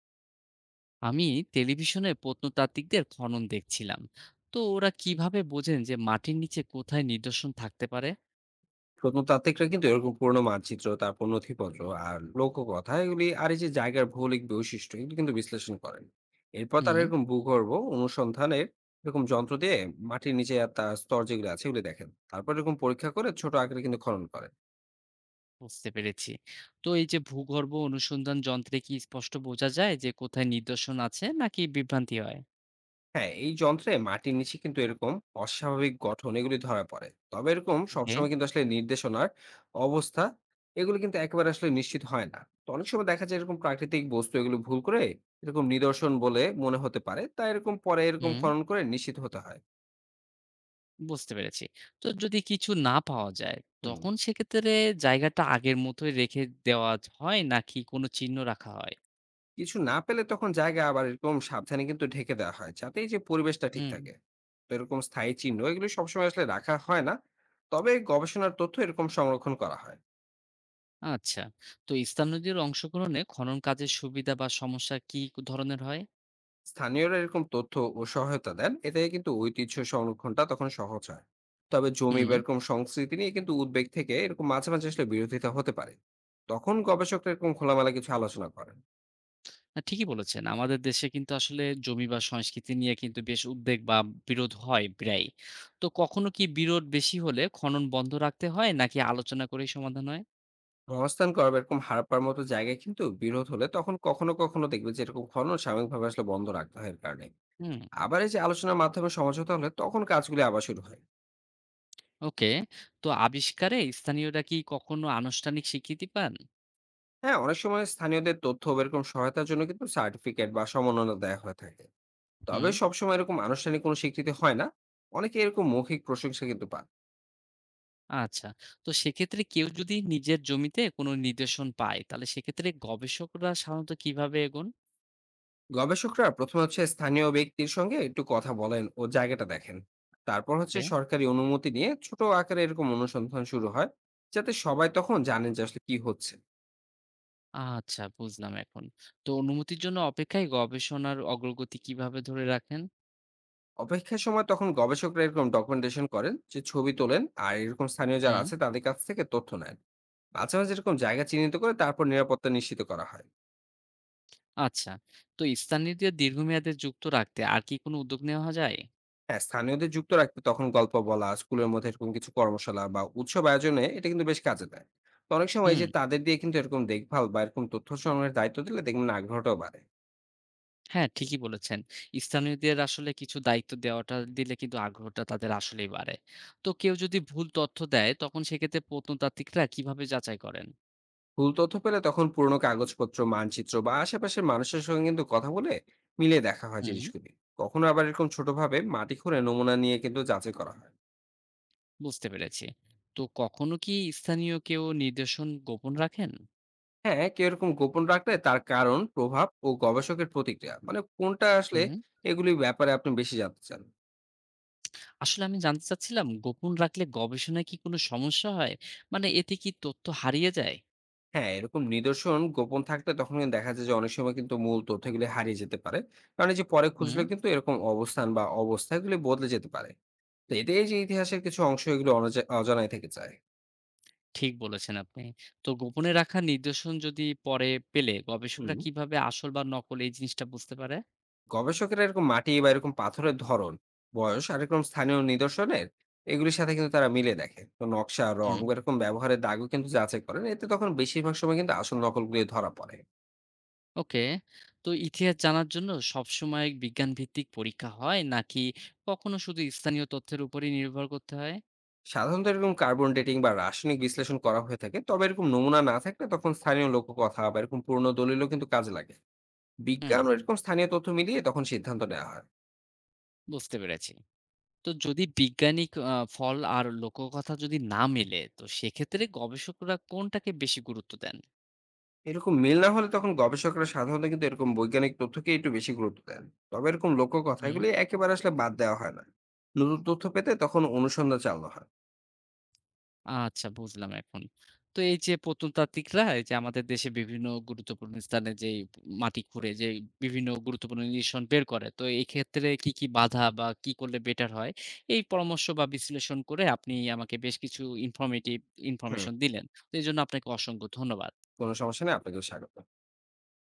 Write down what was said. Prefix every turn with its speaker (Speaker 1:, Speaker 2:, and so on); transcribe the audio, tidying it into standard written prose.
Speaker 1: আমি টেলিভিশনে প্রত্নতাত্ত্বিকদের খনন দেখছিলাম। তো ওরা কিভাবে বোঝেন যে মাটির নিচে কোথায় নিদর্শন থাকতে পারে?
Speaker 2: প্রত্নতাত্ত্বিকরা কিন্তু এরকম পুরোনো মানচিত্র, তারপর নথিপত্র আর লোককথা এগুলি, আর এই যে জায়গার ভৌগোলিক বৈশিষ্ট্য এগুলি কিন্তু বিশ্লেষণ করেন। এরপর তারা
Speaker 1: হুম।
Speaker 2: এরকম ভূগর্ভ অনুসন্ধানের এরকম যন্ত্র দিয়ে মাটির নিচে আর তার স্তর যেগুলো আছে এগুলি দেখেন, তারপর এরকম পরীক্ষা করে ছোট আকারে কিন্তু খনন করেন।
Speaker 1: বুঝতে পেরেছি। তো এই যে ভূগর্ভ অনুসন্ধান যন্ত্রে কি স্পষ্ট বোঝা যায় যে কোথায় নিদর্শন আছে নাকি বিভ্রান্তি হয়?
Speaker 2: হ্যাঁ, এই যন্ত্রে মাটির নিচে কিন্তু এরকম অস্বাভাবিক গঠন এগুলি ধরা পড়ে, তবে এরকম
Speaker 1: ওকে।
Speaker 2: সবসময় কিন্তু আসলে নির্দেশনার অবস্থা এগুলো কিন্তু একেবারে আসলে নিশ্চিত হয় না। তো অনেক সময় দেখা যায় এরকম প্রাকৃতিক বস্তু এগুলো ভুল করে এরকম নিদর্শন বলে মনে হতে পারে, তাই এরকম পরে এরকম
Speaker 1: হুম।
Speaker 2: খনন করে নিশ্চিত হতে হয়।
Speaker 1: বুঝতে পেরেছি। তো যদি কিছু না পাওয়া যায়,
Speaker 2: হুম।
Speaker 1: তখন সেক্ষেত্রে জায়গাটা আগের মতোই রেখে দেওয়া হয় নাকি কোনো চিহ্ন রাখা হয়?
Speaker 2: কিছু না পেলে তখন জায়গা আবার এরকম সাবধানে কিন্তু ঢেকে দেওয়া হয়, যাতে এই যে পরিবেশটা ঠিক
Speaker 1: হুম।
Speaker 2: থাকে। তো এরকম স্থায়ী চিহ্ন এগুলো সবসময় আসলে রাখা হয় না, তবে গবেষণার তথ্য এরকম সংরক্ষণ করা হয়।
Speaker 1: আচ্ছা। তো স্থানীয়দের অংশগ্রহণে খনন কাজের সুবিধা বা সমস্যা কি ধরনের হয়?
Speaker 2: স্থানীয়রা এরকম তথ্য ও সহায়তা দেন, এতে কিন্তু ঐতিহ্য সংরক্ষণটা তখন সহজ হয়। তবে জমি
Speaker 1: হুম।
Speaker 2: বা এরকম সংস্কৃতি নিয়ে কিন্তু উদ্বেগ থেকে এরকম মাঝে মাঝে আসলে বিরোধিতা হতে পারে। তখন গবেষকরা এরকম খোলামেলা কিছু আলোচনা করেন।
Speaker 1: না, ঠিকই বলেছেন। আমাদের দেশে কিন্তু আসলে জমি বা সংস্কৃতি নিয়ে কিন্তু বেশ উদ্বেগ বা বিরোধ হয় প্রায়ই। তো কখনো কি বিরোধ বেশি হলে খনন বন্ধ রাখতে হয় নাকি আলোচনা করেই সমাধান হয়?
Speaker 2: মহাস্থান কর বা এরকম হারাপ্পার মতো জায়গায় কিন্তু বিরোধ হলে তখন কখনো কখনো দেখবে যে এরকম খনন সাময়িকভাবে আসলে বন্ধ রাখতে হয় এর কারণে।
Speaker 1: হুম।
Speaker 2: আবার এই যে আলোচনার মাধ্যমে সমঝোতা হলে তখন কাজগুলি আবার শুরু হয়।
Speaker 1: ওকে। তো আবিষ্কারে স্থানীয়রা কি কখনো আনুষ্ঠানিক স্বীকৃতি পান?
Speaker 2: হ্যাঁ, অনেক সময় স্থানীয়দের তথ্য বা এরকম সহায়তার জন্য কিন্তু সার্টিফিকেট বা সমন্বয় দেওয়া হয়ে থাকে, তবে
Speaker 1: হুম।
Speaker 2: সবসময় এরকম আনুষ্ঠানিক কোনো স্বীকৃতি হয় না। অনেকে এরকম মৌখিক প্রশংসা কিন্তু পান।
Speaker 1: আচ্ছা। তো সেক্ষেত্রে কেউ যদি নিজের জমিতে কোনো নিদর্শন পায় তাহলে সেক্ষেত্রে গবেষকরা সাধারণত কিভাবে এগোন?
Speaker 2: গবেষকরা প্রথমে হচ্ছে স্থানীয় ব্যক্তির সঙ্গে একটু কথা বলেন ও জায়গাটা দেখেন, তারপর হচ্ছে
Speaker 1: ওকে।
Speaker 2: সরকারি অনুমতি নিয়ে ছোট আকারে এরকম অনুসন্ধান শুরু হয়, যাতে সবাই তখন জানেন যে আসলে কি হচ্ছে।
Speaker 1: আচ্ছা, বুঝলাম এখন। তো অনুমতির জন্য অপেক্ষায় গবেষণার অগ্রগতি কিভাবে ধরে রাখেন?
Speaker 2: অপেক্ষার সময় তখন গবেষকরা এরকম ডকুমেন্টেশন করেন, যে ছবি তোলেন আর এরকম স্থানীয় যারা
Speaker 1: হুম।
Speaker 2: আছে তাদের কাছ থেকে তথ্য নেন। মাঝে মাঝে এরকম জায়গা চিহ্নিত করে তারপর নিরাপত্তা নিশ্চিত করা হয়।
Speaker 1: আচ্ছা। তো স্থানীয়দের দীর্ঘমেয়াদে যুক্ত রাখতে আর কি কোনো উদ্যোগ নেওয়া যায়?
Speaker 2: হ্যাঁ, স্থানীয়দের যুক্ত রাখতে তখন গল্প বলা, স্কুলের মধ্যে এরকম কিছু কর্মশালা বা উৎসব আয়োজনে এটা কিন্তু বেশ কাজে দেয়। তো অনেক সময় এই
Speaker 1: হুম।
Speaker 2: যে তাদের দিয়ে কিন্তু এরকম দেখভাল বা এরকম তথ্য সংগ্রহের দায়িত্ব দিলে দেখবেন আগ্রহটাও বাড়ে।
Speaker 1: হ্যাঁ, ঠিকই বলেছেন। স্থানীয়দের আসলে কিছু দায়িত্ব দেওয়াটা দিলে কিন্তু আগ্রহটা তাদের আসলেই বাড়ে। তো কেউ যদি ভুল তথ্য দেয় তখন সেক্ষেত্রে প্রত্নতাত্ত্বিকরা কিভাবে যাচাই করেন?
Speaker 2: ভুল তথ্য পেলে তখন পুরনো কাগজপত্র, মানচিত্র বা আশেপাশের মানুষের সঙ্গে কিন্তু কথা বলে মিলিয়ে দেখা হয়
Speaker 1: হুম।
Speaker 2: জিনিসগুলি। কখনো আবার এরকম ছোটভাবে মাটি খুঁড়ে নমুনা নিয়ে কিন্তু যাচাই করা হয়।
Speaker 1: বুঝতে পেরেছি। তো কখনো কি স্থানীয় কেউ নিদর্শন গোপন রাখেন?
Speaker 2: হ্যাঁ, কেউ এরকম গোপন রাখলে তার কারণ, প্রভাব ও গবেষকের প্রতিক্রিয়া, মানে কোনটা আসলে
Speaker 1: হুম।
Speaker 2: এগুলির ব্যাপারে আপনি বেশি জানতে চান?
Speaker 1: আসলে আমি জানতে চাচ্ছিলাম, গোপন রাখলে গবেষণায় কি কোনো সমস্যা হয়? মানে এতে কি তথ্য হারিয়ে যায়?
Speaker 2: হ্যাঁ, এরকম নিদর্শন গোপন থাকলে তখন কিন্তু দেখা যায় যে অনেক সময় কিন্তু মূল তথ্যগুলি হারিয়ে যেতে পারে। কারণ এই যে পরে খুঁজলে
Speaker 1: হুম,
Speaker 2: কিন্তু এরকম অবস্থান বা অবস্থা এগুলি বদলে যেতে পারে। তো এতে এই যে ইতিহাসের কিছু অংশ এগুলো অজানাই থেকে যায়।
Speaker 1: ঠিক বলেছেন আপনি। তো গোপনে রাখা নিদর্শন যদি পরে পেলে গবেষকরা
Speaker 2: হুম।
Speaker 1: কিভাবে আসল বা নকল এই জিনিসটা বুঝতে পারে?
Speaker 2: গবেষকেরা এরকম মাটি বা এরকম পাথরের ধরন, বয়স আর এরকম স্থানীয় নিদর্শনের এগুলির সাথে কিন্তু তারা মিলে দেখে। তো নকশা, রং
Speaker 1: হুম।
Speaker 2: বা এরকম ব্যবহারের দাগও কিন্তু যাচাই করেন। এতে তখন বেশিরভাগ সময় কিন্তু আসল নকলগুলি ধরা পড়ে।
Speaker 1: ওকে। তো ইতিহাস জানার জন্য সবসময় বিজ্ঞান ভিত্তিক পরীক্ষা হয় নাকি কখনো শুধু স্থানীয় তথ্যের উপরই নির্ভর করতে হয়?
Speaker 2: সাধারণত এরকম কার্বন ডেটিং বা রাসায়নিক বিশ্লেষণ করা হয়ে থাকে, তবে এরকম নমুনা না থাকলে তখন স্থানীয় লোককথা বা এরকম পুরনো দলিলও কিন্তু কাজে লাগে।
Speaker 1: হুম,
Speaker 2: বিজ্ঞান ও এরকম স্থানীয় তথ্য মিলিয়ে তখন সিদ্ধান্ত নেওয়া হয়।
Speaker 1: বুঝতে পেরেছি। তো যদি বিজ্ঞানিক ফল আর লোককথা যদি না মেলে, তো সেক্ষেত্রে গবেষকরা কোনটাকে বেশি গুরুত্ব দেন?
Speaker 2: এরকম মিল না হলে তখন গবেষকরা সাধারণত কিন্তু এরকম বৈজ্ঞানিক তথ্যকে একটু বেশি গুরুত্ব দেন, তবে এরকম লোককথা
Speaker 1: হুম।
Speaker 2: এগুলি একেবারে আসলে বাদ দেওয়া হয় না। নতুন তথ্য পেতে তখন অনুসন্ধান চালানো হয়।
Speaker 1: আচ্ছা, বুঝলাম এখন। তো এই যে প্রত্নতাত্ত্বিকরা এই যে আমাদের দেশে বিভিন্ন গুরুত্বপূর্ণ স্থানে যেই মাটি খুঁড়ে বিভিন্ন গুরুত্বপূর্ণ নিদর্শন বের করে, তো এই ক্ষেত্রে কি, কি বাধা বা কি করলে বেটার হয়? এই পরামর্শ বা বিশ্লেষণ করে আপনি আমাকে বেশ কিছু
Speaker 2: হুম।
Speaker 1: ইনফরমেশন দিলেন। তো এজন্য আপনাকে অসংখ্য ধন্যবাদ।
Speaker 2: কোনো সমস্যা নেই, আপনাকেও স্বাগত।